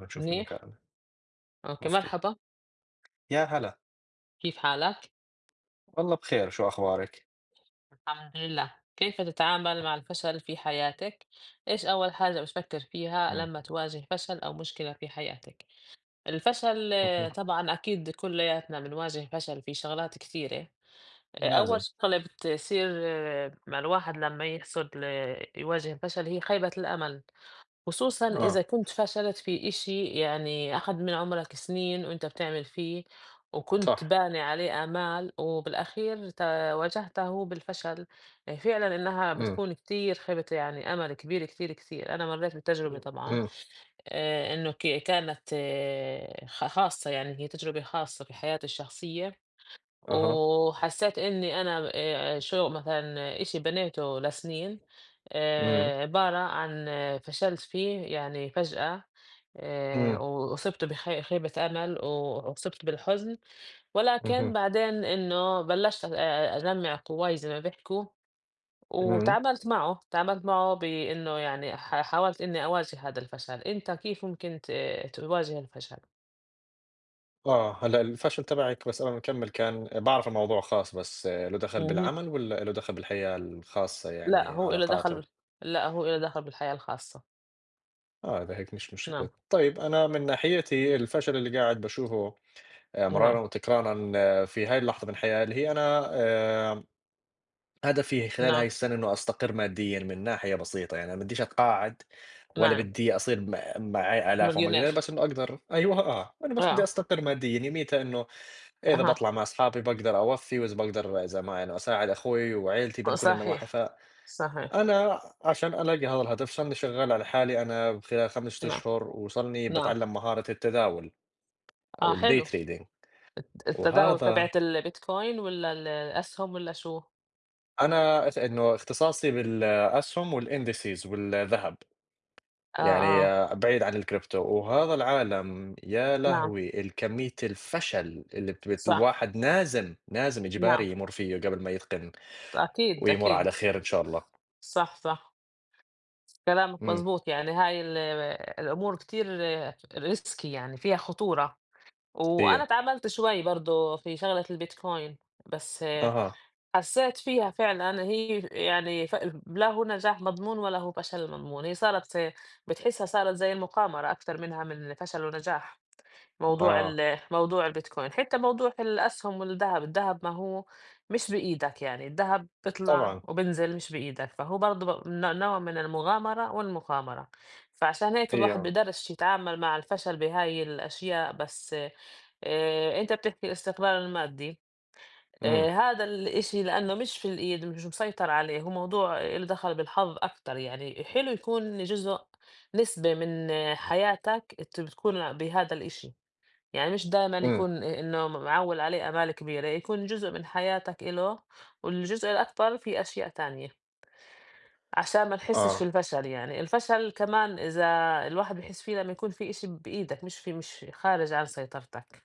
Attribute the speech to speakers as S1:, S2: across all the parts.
S1: بنشوف
S2: منيح.
S1: المكالمة
S2: أوكي،
S1: مفروض.
S2: مرحبا.
S1: يا هلا،
S2: كيف حالك؟
S1: والله بخير شو أخبارِك؟
S2: الحمد لله. كيف تتعامل مع الفشل في حياتك؟ إيش أول حاجة بتفكر فيها لما
S1: إمم،
S2: تواجه فشل أو مشكلة في حياتك؟ الفشل
S1: اهم.
S2: طبعا أكيد كلياتنا بنواجه فشل في شغلات كثيرة. أول
S1: لازم.
S2: شغلة بتصير مع الواحد لما يحصل يواجه فشل هي خيبة الأمل، خصوصًا
S1: آه،
S2: إذا كنت فشلت في إشي يعني أخد من عمرك سنين وأنت بتعمل فيه، وكنت
S1: صح.
S2: باني عليه آمال وبالأخير واجهته بالفشل. فعلًا إنها
S1: إمم،
S2: بتكون كتير خيبة، يعني أمل كبير كتير، كتير. أنا مرّيت بتجربة طبعًا.
S1: إمم،
S2: إنه كانت خاصة، يعني هي تجربة خاصة في حياتي الشخصية.
S1: أها،
S2: وحسيت إني أنا شغل مثلًا إشي بنيته لسنين،
S1: إمم،
S2: عبارة عن فشلت فيه يعني فجأة.
S1: إمم،
S2: وأُصِبت بخ خيبة أمل وأُصِبت بالحزن، ولكن
S1: اهم،
S2: بعدين إنه بلّشت أجمّع قواي زي ما بيحكوا،
S1: إمم.
S2: وتعاملت معه، تعاملت معه بإنه يعني حاولت إني أواجه هذا الفشل. أنت كيف ممكن تواجه الفشل؟
S1: آه، هلا الfashion تبعِك بس قبل ما نكمّل كان باعرف الموضوع خاص بس آه، له دخل
S2: اهم.
S1: بالعمل والّا له دخل بالحياة الخاصة
S2: لأ
S1: يعني
S2: هو إله
S1: علاقاته؟
S2: دخل. لأ هو إله دخل بالحياة الخاصة.
S1: آه، إذا هيك مش
S2: نعم.
S1: مشكلة. طيب أنا من ناحيتي الفشل اللي قاعد باشوفه مرارًا
S2: نعم،
S1: وتكرارًا آه، في هاي اللحظة من حياتي اللي هي أنا هدفي خلال هاي
S2: نعم،
S1: السنة إنه أستقر ماديًا من ناحية بسيطة، يعني أنا بديش أتقاعد ولا
S2: نعم.
S1: بدي أصير معي آلاف
S2: مليونير.
S1: ومليونير، بس إنه أقدر أيوه آه. أنا بس بدي
S2: آه.
S1: أستقر ماديًا، يوميتها إنه إذا
S2: أها.
S1: باطلع مع أصحابي باقدر أوفّي، وإذا باقدر إذا ما إنه أساعد أخوي وعيلتي من كل النواحي،
S2: صحيح، صحيح.
S1: فأنا عشان ألاقي هذا الهدف صرني شغال على حالي أنا خلال 5
S2: نعم،
S1: أشهر، وصرني
S2: نعم.
S1: باتعلم مهارة التداول
S2: آه
S1: أو الday
S2: حلو.
S1: trading،
S2: التداول
S1: وهذا
S2: تبعة البيتكوين والّا الأسهم والّا شو؟
S1: أنا إنه اختصاصي بالأسهم والindices والذهب.
S2: آه،
S1: يعني
S2: آه.
S1: آه، بعيد عن الكريبتو وهذا العالم يا
S2: نعم.
S1: لهوي الكمية الفشل اللي
S2: صح.
S1: الواحد لازم
S2: نعم.
S1: إجباري يمر فيه قبل ما يتقن
S2: أكيد،
S1: ويمر على
S2: أكيد.
S1: خير إن شاء الله.
S2: صح، صح. كلامك
S1: امم
S2: مضبوط. يعني هاي الأمور كتير risky، يعني فيها خطورة. وأنا
S1: هي
S2: اتعاملت شوي برضه في شغلة البيتكوين. بس
S1: اها
S2: حسّيت فيها فعلًا هي يعني لا هو نجاح مضمون ولا هو فشل مضمون. هي صارت بتحسّها صارت زي المقامرة أكتر منها من فشل ونجاح. موضوع
S1: اه
S2: موضوع البيتكوين، حتى موضوع الأسهم والدهب. الدهب ما هو مش بإيدك يعني، الدهب بيطلع
S1: طبعا
S2: وبينزل مش بإيدك، فهو برضه نوع من المغامرة والمقامرة. فعشان هيك الواحد
S1: هي
S2: بيقدرش يتعامل مع الفشل بهاي الأشياء. بس أنت بتحكي الاستقرار المادي.
S1: امم
S2: هذا الإشي لإنه مش في الإيد، مش مسيطر عليه، هو موضوع إله دخل بالحظ أكتر يعني. حلو يكون جزء، نسبة من حياتك أنت بتكون بهذا الإشي، يعني مش دايمًا
S1: امم
S2: يكون إنه معوّل عليه آمال كبيرة، يكون جزء من حياتك إله، والجزء الأكبر في أشياء تانية، عشان ما نحسّش في
S1: اه
S2: الفشل يعني. الفشل كمان إذا الواحد بيحس فيه لمّا يكون في إشي بإيدك، مش في مش خارج عن سيطرتك.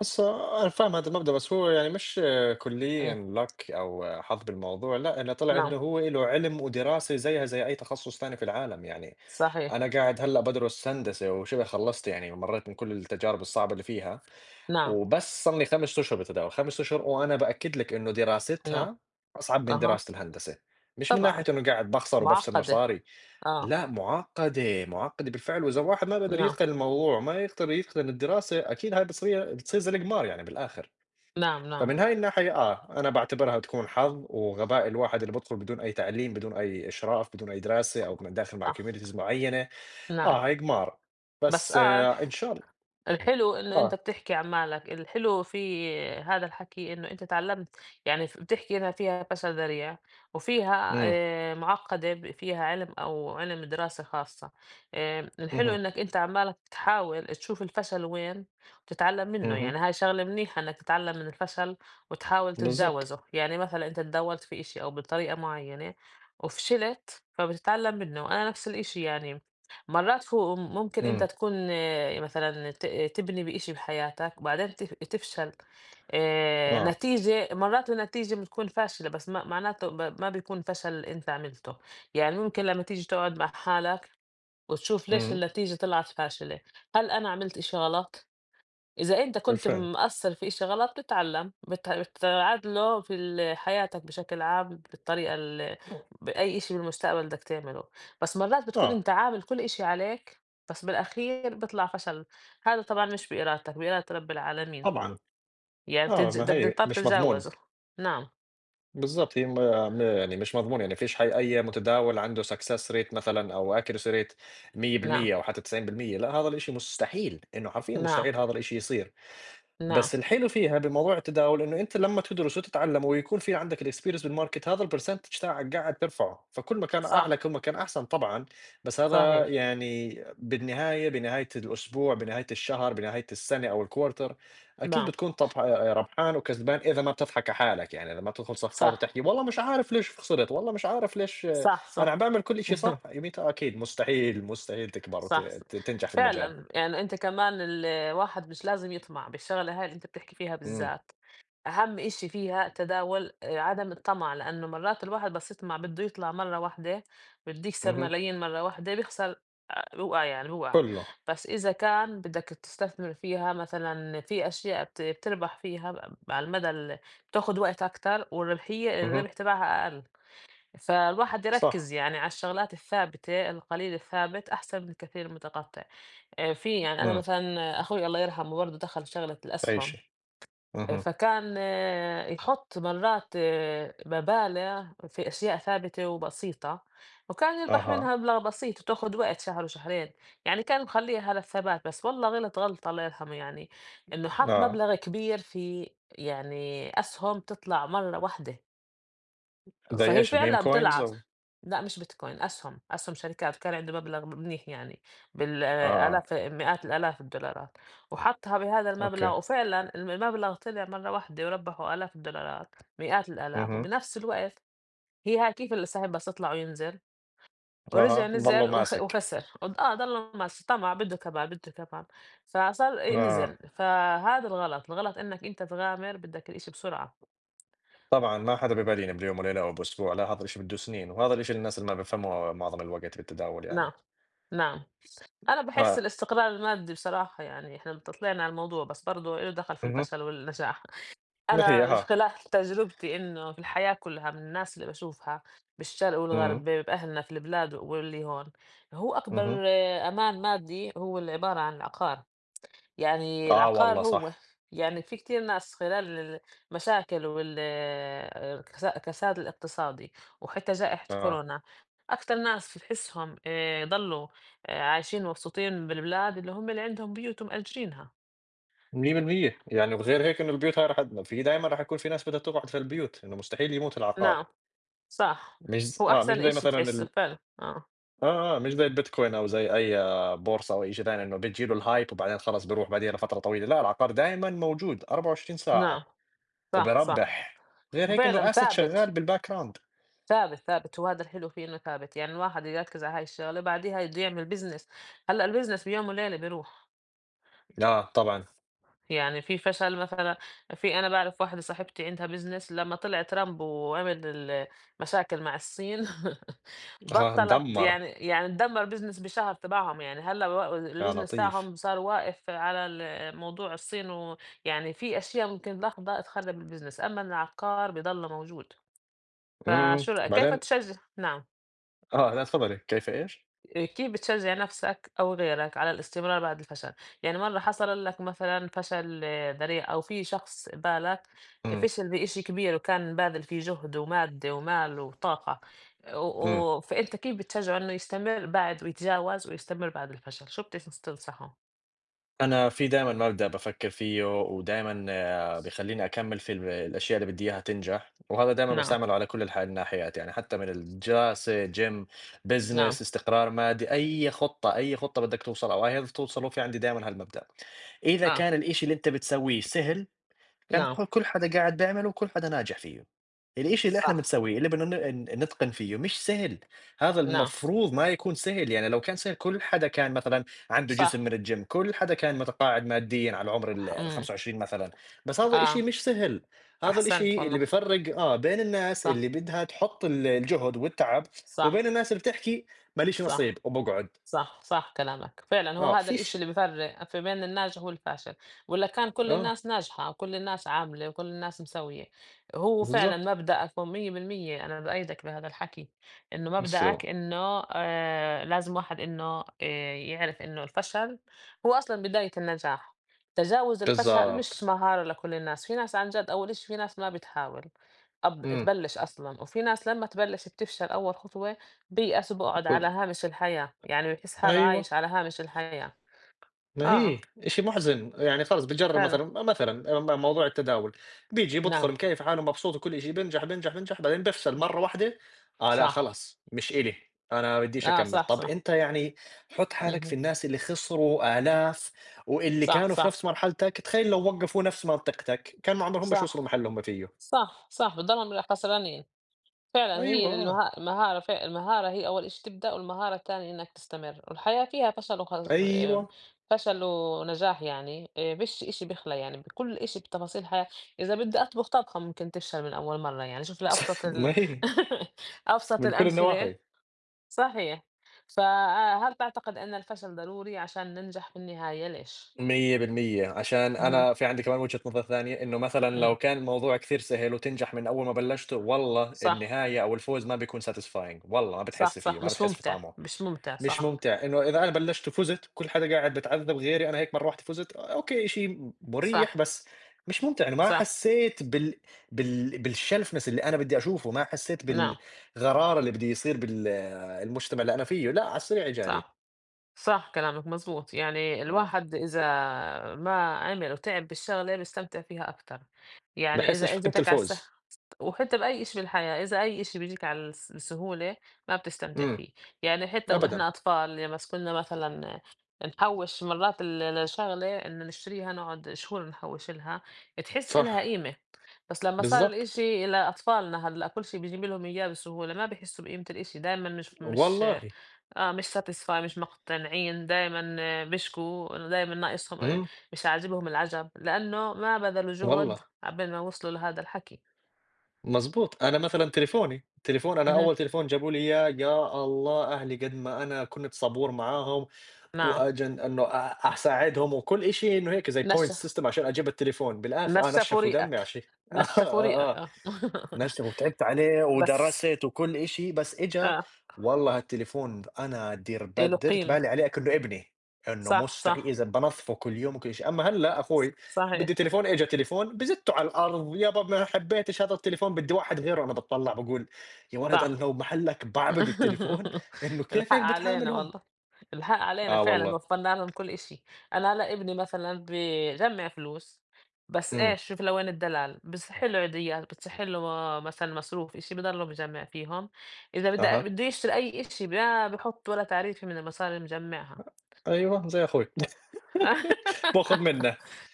S1: بس أنا فاهم هذا المبدأ، بس هو يعني مش كليًا
S2: إمم.
S1: لَك أو حظ بالموضوع، لأ، اللي طلع
S2: نعم.
S1: إنه هو له علم ودراسة زيها زي أي تخصص تاني في العالم يعني.
S2: صحيح.
S1: أنا قاعد هلأ بادرس هندسة وشِبه خلّصت يعني ومرّيت من كل التجارب الصعبة اللي فيها.
S2: نعم.
S1: وبس صار لي 5 أشهر باتداول، 5 أشهر وأنا باأكد لك إنه
S2: نعم.
S1: دراستها أصعب من
S2: أها.
S1: دراسة الهندسة، مش من ناحية
S2: طبعًا.
S1: إنه قاعد باخسر وبافسد
S2: معقّدة.
S1: مصاري،
S2: آه.
S1: لأ معقدة، معقدة بالفعل، وإذا الواحد ما بيقدر
S2: نعم،
S1: يتقن الموضوع وما يقدر يتقن الدراسة أكيد هاي بتصير زي القمار يعني بالآخر،
S2: نعم، نعم.
S1: فمن هاي الناحية آه، أنا باعتبرها تكون حظ وغباء الواحد اللي بدخل بدون أي تعليم، بدون أي إشراف، بدون أي دراسة أو من داخل مع communities
S2: صح.
S1: معينة،
S2: نعم.
S1: آه هاي قمار،
S2: بس
S1: بس آه إن شاء الله.
S2: الحلو إنه أنت
S1: آه،
S2: بتحكي عن مالك. الحلو في هذا الحكي إنه أنت اتعلّمت، يعني بتحكي إنها فيها فشل ذريع وفيها
S1: إمم،
S2: معقّدة، فيها عِلم أو عِلم دراسة خاصة. الحلو
S1: اهم،
S2: إنك أنت عمّالك تحاول تشوف الفشل وين وتتعلّم منّه،
S1: اهم،
S2: يعني هاي شغلة منيحة إنك تتعلّم من الفشل وتحاول
S1: بالضبط.
S2: تتجاوزه. يعني مثلًا أنت تدوّرت في إشي أو بطريقة معيّنة وفشلت، فبتتعلّم منّه. أنا نفس الإشي يعني. مرات ممكن أنت
S1: إمم،
S2: تكون مثلًا تبني بإشي بحياتك وبعدين تفشل.
S1: آه،
S2: نتيجة، مرات النتيجة بتكون فاشلة بس ما معناته ما بيكون فشل أنت عملته. يعني ممكن لمّا تيجي تقعد مع حالك وتشوف ليش
S1: إمم،
S2: النتيجة طلعت فاشلة، هل أنا عملت إشي غلط؟ إذا أنت كنت
S1: بالفعل،
S2: مقصّر في إشي غلط بتتعلّم، بتعادله في حياتك بشكل عام بالطريقة بأي إشي بالمستقبل بدك تعمله. بس مرّات بتكون
S1: آه،
S2: أنت عامل كل إشي عليك، بس بالأخير بيطلع فشل. هذا طبعًا مش بإرادتك، بإرادة رب العالمين.
S1: طبعًا،
S2: يعني
S1: آه، ما
S2: بدك
S1: هي
S2: تضطر
S1: مش مضمون،
S2: تتجاوزه. نعم،
S1: بالضبط، هي ما ما يعني مش مضمون، يعني ما فيش حي أي متداول عنده success rate مثلًا أو accuracy rate
S2: نعم،
S1: 100% أو حتى 90%، لأ، هذا الإشي مستحيل، إنه حرفيًا
S2: نعم،
S1: مستحيل هذا الإشي يصير.
S2: نعم.
S1: بس الحلو فيها بموضوع التداول انه انت لما تدرس وتتعلم ويكون في عندك الاكسبيرينس بالماركت هذا البرسنتج تاعك قاعد ترفعه فكل ما كان اعلى
S2: صح.
S1: كل ما كان احسن طبعا بس هذا
S2: صحيح.
S1: يعني بالنهايه بنهايه الاسبوع بنهايه الشهر بنهايه السنه او الكوارتر اكيد
S2: نعم.
S1: بتكون ربحان وكسبان اذا ما بتضحك على حالك يعني اذا ما بتدخل صفقات
S2: صح،
S1: وتحكي والله مش عارف ليش خسرت والله مش عارف ليش آه،
S2: صح، صح.
S1: انا عم بعمل كل شيء صح يميتها اكيد مستحيل تكبر
S2: صح،
S1: وتنجح في المجال.
S2: فعلًا. يعني أنت كمان الواحد مش لازم يطمع بالشغلة هاي اللي أنت بتحكي فيها
S1: امم
S2: بالذات. أهم إشي فيها تداول عدم الطمع، لإنه مرات الواحد بس يطمع بده يطلع مرّة واحدة، بده يكسب
S1: اها
S2: ملايين مرّة واحدة بيخسر. بيوقع يعني بيوقع.
S1: كله
S2: بس إذا كان بدك تستثمر فيها مثلًا في أشياء بتربح فيها على المدى بتاخد وقت أكتر، والربحية
S1: اها
S2: الربح تبعها أقل. فالواحد
S1: صح
S2: يركز يعني على الشغلات الثابتة. القليل الثابت أحسن من كثير المتقطع. آه، في يعني أنا
S1: إمم،
S2: مثلا أخوي الله يرحمه برضه دخل شغلة الأسهم.
S1: تعيشي. اهم،
S2: فكان يحط مرات مبالغ في أشياء ثابتة وبسيطة، وكان يربح
S1: أها،
S2: منها مبلغ بسيط وتاخد وقت شهر وشهرين. يعني كان مخليها على الثبات بس، والله غلط غلط الله يرحمه، يعني إنه حط
S1: آه،
S2: مبلغ كبير في يعني أسهم تطلع مرة واحدة.
S1: زي
S2: فهي
S1: إيش الmeme
S2: فعلًا
S1: coins
S2: طلعت.
S1: أو
S2: لأ مش بيتكوين، أسهم، أسهم شركات. كان عنده مبلغ منيح يعني،
S1: آه،
S2: بالآلاف مئات الآلاف الدولارات، وحطها بهذا
S1: أوكي،
S2: المبلغ وفعلًا المبلغ طلع مرة واحدة وربحوا آلاف الدولارات، مئات الآلاف.
S1: اهم،
S2: وبنفس الوقت هي هاي كيف السهم بس يطلع وينزل، ورجع
S1: أها، ضلّوا
S2: نزل
S1: ماسك،
S2: وخسر. ضله ماسك طمع، بده كمان، بده كمان. فصار
S1: آه،
S2: نزل. فهذا الغلط، الغلط إنك أنت تغامر بدك الإشي بسرعة.
S1: طبعًا ما حدا ببالينا بيوم وليلة أو بأسبوع، لا هذا الإشي بده سنين، وهذا الإشي الناس اللي ما بيفهموه معظم الوقت بالتداول
S2: نعم،
S1: يعني،
S2: نعم. أنا باحس
S1: آه،
S2: الاستقرار المادي بصراحة، يعني إحنا طلعنا على الموضوع بس برضه له دخل في
S1: اهم،
S2: الفشل والنجاح.
S1: ما هي
S2: أنا
S1: أها،
S2: خلال تجربتي إنه في الحياة كلها من الناس اللي باشوفها بالشرق والغرب،
S1: إمم،
S2: بأهلنا في البلاد واللي هون، هو
S1: اهم،
S2: أكبر أمان مادي هو اللي عبارة عن العقار. يعني
S1: آه
S2: العقار
S1: والله
S2: هو
S1: صح،
S2: يعني في كتير ناس خلال المشاكل والكساد الاقتصادي وحتى جائحة
S1: آه،
S2: كورونا، أكتر ناس بتحسهم ضلوا عايشين مبسوطين بالبلاد اللي هم اللي عندهم بيوت ومأجرينها.
S1: 100% يعني وغير هيك إنه البيوت هاي راح تن في دايمًا راح يكون في ناس بدها تقعد في البيوت، إنه مستحيل يموت العقار،
S2: نعم. صح. هو
S1: مش
S2: أحسن
S1: زي
S2: إشي
S1: مثلًا
S2: تحسه
S1: ال
S2: فعلا. آه.
S1: آه، آه، مش زي البيتكوين أو زي أي آه، بورصة أو أي شيء ثاني إنه بتجي له الهايب وبعدين خلاص بيروح بعدين لفترة طويلة، لا العقار دائمًا موجود 24
S2: نعم.
S1: ساعة
S2: صح، صح.
S1: وبيربح، غير هيك
S2: وفعلا
S1: إنه asset
S2: ثابت.
S1: شغال بالباك جراوند.
S2: ثابت، ثابت. وهذا الحلو فيه إنه ثابت. يعني الواحد يركز على هاي الشغلة، بعديها بده يعمل بزنس. هلا البزنس بيوم وليلة بيروح.
S1: آه طبعًا،
S2: يعني في فشل مثلًا. في أنا باعرف واحدة صاحبتي عندها business، لمّا طلع ترامب وعمل مشاكل مع الصين
S1: آه
S2: بطّلت
S1: دمّر،
S2: يعني، يعني اتدمّر business بشهر تبعهم. يعني هلّأ و
S1: يا
S2: الbusiness
S1: لطيف.
S2: تاعهم صار واقف على موضوع الصين. ويعني في أشياء ممكن لحظة تخرّب الbusiness، أمّا العقار بيضل موجود. فشو كيف
S1: بعدين
S2: تشجّع، نعم.
S1: آه، لأ تفضلي، كيف إيش؟
S2: كيف بتشجع نفسك أو غيرك على الاستمرار بعد الفشل؟ يعني مرة حصل لك مثلا فشل ذريع، أو في شخص بالك
S1: إمم،
S2: فشل بإشي كبير وكان باذل فيه جهد ومادة ومال وطاقة
S1: إمم.
S2: فأنت كيف بتشجعه إنه يستمر بعد ويتجاوز ويستمر بعد الفشل؟ شو بتنصحه؟
S1: أنا في دايمًا مبدأ بافكّر فيه ودايمًا آه، بيخلّيني أكمّل في الأشياء اللي بدّي إياها تنجح، وهذا دايمًا
S2: نعم.
S1: باستعمله على كل الناحيات، يعني حتى من الدراسة، gym، business،
S2: نعم.
S1: استقرار مادي، أي خطة، أي خطة بدّك توصل أو عايز توصله في عندي دايمًا هالمبدأ، إذا كان
S2: آه.
S1: الإشي اللي أنت بتسويه سهل كان
S2: نعم.
S1: كل حدا قاعد بيعمله وكل حدا ناجح فيه. الإشي اللي إحنا
S2: صح.
S1: بنسويه اللي بدنا ن ن نتقن فيه مش سهل، هذا
S2: نعم.
S1: المفروض ما يكون سهل، يعني لو كان سهل كل حدا كان مثلًا عنده جسم
S2: صح.
S1: من الgym، كل حدا كان متقاعد ماديًا على عمر
S2: أمم.
S1: ال25 مثلًا، بس هذا إشي
S2: آه.
S1: مش سهل، هذا
S2: أحسنت
S1: الإشي اللي
S2: والله.
S1: بيفرق آه بين الناس اللي
S2: صح.
S1: بدها تحط الجهد والتعب، وبين
S2: صح.
S1: الناس اللي بتحكي ما ليش نصيب
S2: صح.
S1: وباقعد،
S2: صح، صح كلامك. فعلًا هو
S1: آه
S2: هذا الإشي اللي
S1: فيش
S2: بيفرق بين الناجح والفاشل، والّا كان كل
S1: آه
S2: الناس ناجحة وكل الناس عاملة وكل الناس مسوية. هو فعلًا
S1: بالضبط،
S2: مبدأك هو 100%. أنا بأيدك بهذا الحكي، إنه
S1: السلام
S2: مبدأك إنه لازم واحد إنه يعرف إنه الفشل هو أصلًا بداية النجاح. تجاوز الفشل
S1: بالضبط،
S2: مش مهارة لكل الناس. في ناس عن جد أول إشي في ناس ما بتحاول
S1: إمم،
S2: تبلش أصلًا، وفي ناس لمّا تبلش بتفشل أول خطوة بيأس وبيقعد على
S1: قل
S2: هامش الحياة، يعني بيحس حاله
S1: أيوه.
S2: عايش على هامش الحياة.
S1: ما
S2: آه.
S1: هي شيء محزن، يعني خلاص بتجرب
S2: فعلًا.
S1: مثلًا موضوع التداول، بييجي
S2: نعم.
S1: بيدخل مكيّف حاله مبسوط وكل شيء بينجح، بينجح، بينجح، بعدين بيفشل مرّة واحدة، آه لأ
S2: صح.
S1: خلاص مش إلي، أنا بديش
S2: آه.
S1: أكمّل،
S2: صح،
S1: طَب
S2: صح.
S1: أنت يعني حُط حالك في
S2: اهم.
S1: الناس اللي خسروا آلاف واللي
S2: صح،
S1: كانوا في
S2: صح،
S1: نفس مرحلتك، تخيّل لو وقّفوا نفس منطقتك، كان ما عمرهم مش وصلوا
S2: صح،
S1: المحل اللي هم فيه.
S2: صح، صح. بتضلهم خسرانين. فعلًا هي
S1: أيوه، آه،
S2: المهارة، المهارة هي أول إشي تبدأ، والمهارة التانية إنك تستمر. والحياة فيها فشل
S1: أيوه.
S2: فشل ونجاح يعني. فيش إشي بيخلى يعني، بكل إشي بتفاصيل الحياة. إذا بدي أطبخ طبخة ممكن تفشل من أول مرة يعني. شوف لأبسط
S1: ما هي
S2: أبسط
S1: من كل
S2: الأمثلة.
S1: النواحي.
S2: صحيح. فهل تعتقد أن الفشل ضروري عشان ننجح في النهاية؟ ليش؟
S1: 100% عشان
S2: اهم.
S1: أنا في عندي كمان وجهة نظر ثانية، إنه مثلًا لو
S2: إمم.
S1: كان الموضوع كثير سهل وتنجح من أول ما بلشته، والله
S2: صح،
S1: النهاية أو الفوز ما بيكون satisfying والله ما
S2: صح،
S1: بتحس فيه،
S2: صح.
S1: ما
S2: مش
S1: بتحس في
S2: ممتع،
S1: طعمه،
S2: مش ممتع،
S1: مش
S2: صح،
S1: ممتع، إنه إذا أنا بلشت وفُزت كل حدا قاعد بتعذب غيري أنا هيك مرة واحدة فُزت، أوكي شيء مريح
S2: صح،
S1: بس مش ممتع، أنا ما
S2: صح.
S1: حسيت بالshelfness اللي أنا بدي أشوفه، ما حسيت
S2: نعم.
S1: بالغرار اللي بده يصير المجتمع اللي أنا فيه، لأ على السريع جا لي،
S2: صح. صح كلامك مضبوط. يعني
S1: آه،
S2: الواحد إذا ما عمل وتعب بالشغلة بيستمتع فيها أكتر. يعني
S1: باحسش
S2: إذا
S1: بقيمة
S2: إجتك على السهل
S1: الفوز،
S2: وحتى بأي إشي بالحياة، إذا أي إشي بيجيك على السهولة ما بتستمتع
S1: إمم،
S2: فيه. يعني حتى
S1: أبدًا.
S2: وإحنا أطفال لمس كنا مثلًا نحوّش مرات الشغلة إنه نشتريها، نقعد شهور نحوّش إلها، تحس إلها
S1: صح،
S2: قيمة. بس لمّا صار
S1: بالضبط،
S2: الإشي لأطفالنا هلأ كل شي بيجيب لهم إياه بسهولة ما بيحسوا بقيمة الإشي، دايمًا مش مش
S1: والله،
S2: مش satisfy، مش مقتنعين. دايمًا بيشكوا، إنه دايمًا ناقصهم
S1: إمم،
S2: مش عاجبهم العجب، لإنه ما بذلوا جهد
S1: والله،
S2: عقبال ما وصلوا لهذا الحكي.
S1: مضبوط، أنا مثلًا تليفوني، تليفون أنا
S2: اهم.
S1: أول تليفون جابوا لي إياه يا الله أهلي قد ما أنا كنت صبور معاهم
S2: نعم.
S1: وأجن إنه أساعدهم وكل إشي إنه هيك زي point
S2: نشّف.
S1: system عشان أجيب التليفون، بالآخر آه
S2: نشّفُ
S1: نشفوا دمي
S2: ريقك.
S1: عشان آه،
S2: نشّفُ
S1: آه،
S2: ريقك
S1: آه.
S2: آه.
S1: نفسي وتعبت عليه
S2: بس
S1: ودرست وكل إشي بس إجا
S2: آه،
S1: والله هالتليفون أنا دير
S2: إله
S1: بال دِرت
S2: قيمة.
S1: بالي عليه أكنه ابني، إنه
S2: صح،
S1: مستحيل
S2: صح.
S1: إذا بانظفه كل يوم وكل إشي، أمّا هلأ أخوي بدي
S2: صحيح.
S1: تليفون إجا تليفون بزته على الأرض، يابا ما حبيتش هذا التليفون بدي واحد غيره، أنا باتطلّع باقول يا ولد أنا
S2: صح.
S1: لو محلك باعبد التليفون إنه
S2: الحق
S1: كيف هيك
S2: علينا
S1: بتعاملهم؟
S2: والله. الحق علينا،
S1: آه
S2: فعلًا
S1: والله،
S2: وفّرنا لهم كل إشي. أنا هلأ ابني مثلًا بيجمّع فلوس. بس
S1: إمم،
S2: إيش، شوف لوين الدلال، بتصح له عيديّات، بتصح له مثلًا مصروف إشي بضلّه بيجمّع فيهم. إذا
S1: أها،
S2: بده يشتري أي إشي ما بيحُط ولا تعريفة من المصاري اللي مجمّعها.
S1: أيوه زي أخوي باخذ منه،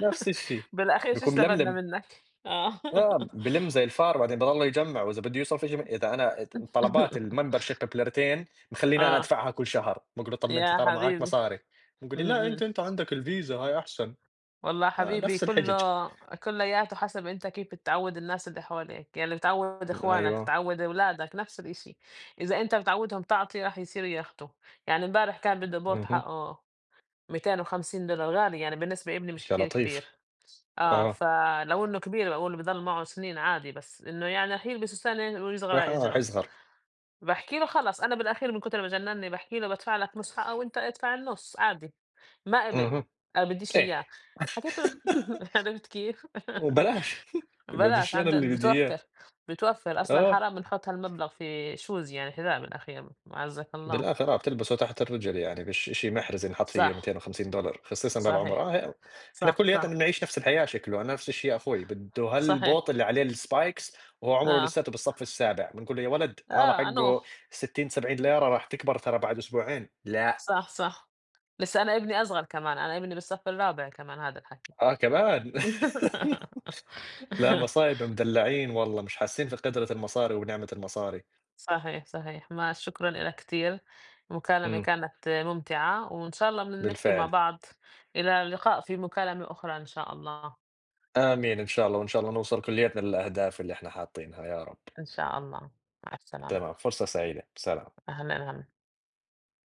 S1: نفس الشي،
S2: بالأخير شو
S1: بيكون
S2: استفدنا
S1: ململم.
S2: منّك؟ آه.
S1: لا بيلم زي الفار بعدين بضل يجمع واذا بده يوصل في شيء اذا انا طلبات الممبر شيب بليرتين مخليني انا
S2: آه،
S1: ادفعها كل شهر بقول له طب ما انت
S2: يا
S1: ترى معك
S2: حبيبي.
S1: مصاري بقول لي
S2: إمم،
S1: لا انت
S2: إمم.
S1: انت عندك الفيزا هاي احسن
S2: والله
S1: آه
S2: حبيبي
S1: نفس الحجج
S2: كلّه، كلّياته حسب أنت كيف بتعوّد الناس اللي حواليك. يعني بتعوّد إخوانك،
S1: ايوه
S2: بتعوّد أولادك، نفس الإشي. إذا أنت بتعوّدهم تعطي راح يصيروا ياخدوا. يعني امبارح كان بده بوط
S1: اها
S2: حقّه $250. غالي يعني بالنسبة لإبني مش
S1: يا
S2: كتير كبير.
S1: لطيف
S2: آه،
S1: اه
S2: فلو إنه كبير باقول بضل معه سنين عادي. بس إنه يعني راح يلبسوا سنة ويصغر
S1: راح
S2: على
S1: آه راح
S2: إجره.
S1: يصغر
S2: باحكي له خلص، أنا بالأخير من كتر ما جنّني باحكي له بادفع لك نُص حقّه وأنت ادفع النُص عادي. ما قبل.
S1: اها
S2: أنا بديش
S1: ايه
S2: إياه. حكيت له عرفت كيف؟
S1: وبلاش يبقى
S2: بلاش
S1: مش
S2: عن
S1: انا اللي
S2: جد
S1: بدي اياه
S2: بتوفّر. بتوفّر أصلًا،
S1: اه
S2: حرام بنحط هالمبلغ في شوز يعني حذاء بالأخير، معزّك الله.
S1: بالآخر آه، بتلبسه تحت الرجل يعني مش شيء محرز ينحط فيه
S2: صح.
S1: 250$ خصيصًا بهالعمر،
S2: صحيح.
S1: آه ه إحنا
S2: صح،
S1: كلياتنا
S2: صح.
S1: بنعيش نفس الحياة شكله، أنا نفس الشيء أخوي بده
S2: صحيح.
S1: هالبوط اللي عليه الspikes وهو عمره
S2: آه،
S1: لساته بالصف السابع، بنقول له: "يا ولد هذا
S2: آه أنوه.
S1: حقه 60 70€ راح تكبر ترى بعد أسبوعين." لأ.
S2: صح، صح. لسّه أنا ابني أصغر كمان، أنا ابني بالصف الرابع كمان هذا الحكي.
S1: آه كمان! لا مصايب مدلعين والله مش حاسين في قدرة المصاري وبنعمة المصاري.
S2: صحيح، صحيح. ما شكرًا لك كتير. المكالمة
S1: إمم،
S2: كانت ممتعة، وإن شاء الله بنحكي مع
S1: بالفعل،
S2: بعض. إلى اللقاء في مكالمة أخرى إن شاء الله.
S1: آمين إن شاء الله، وإن شاء الله نوصل كلياتنا للأهداف اللي إحنا حاطينها يا رب.
S2: إن شاء الله. مع السلامة.
S1: تمام، فرصة سعيدة، سلام.
S2: أهلًا هم.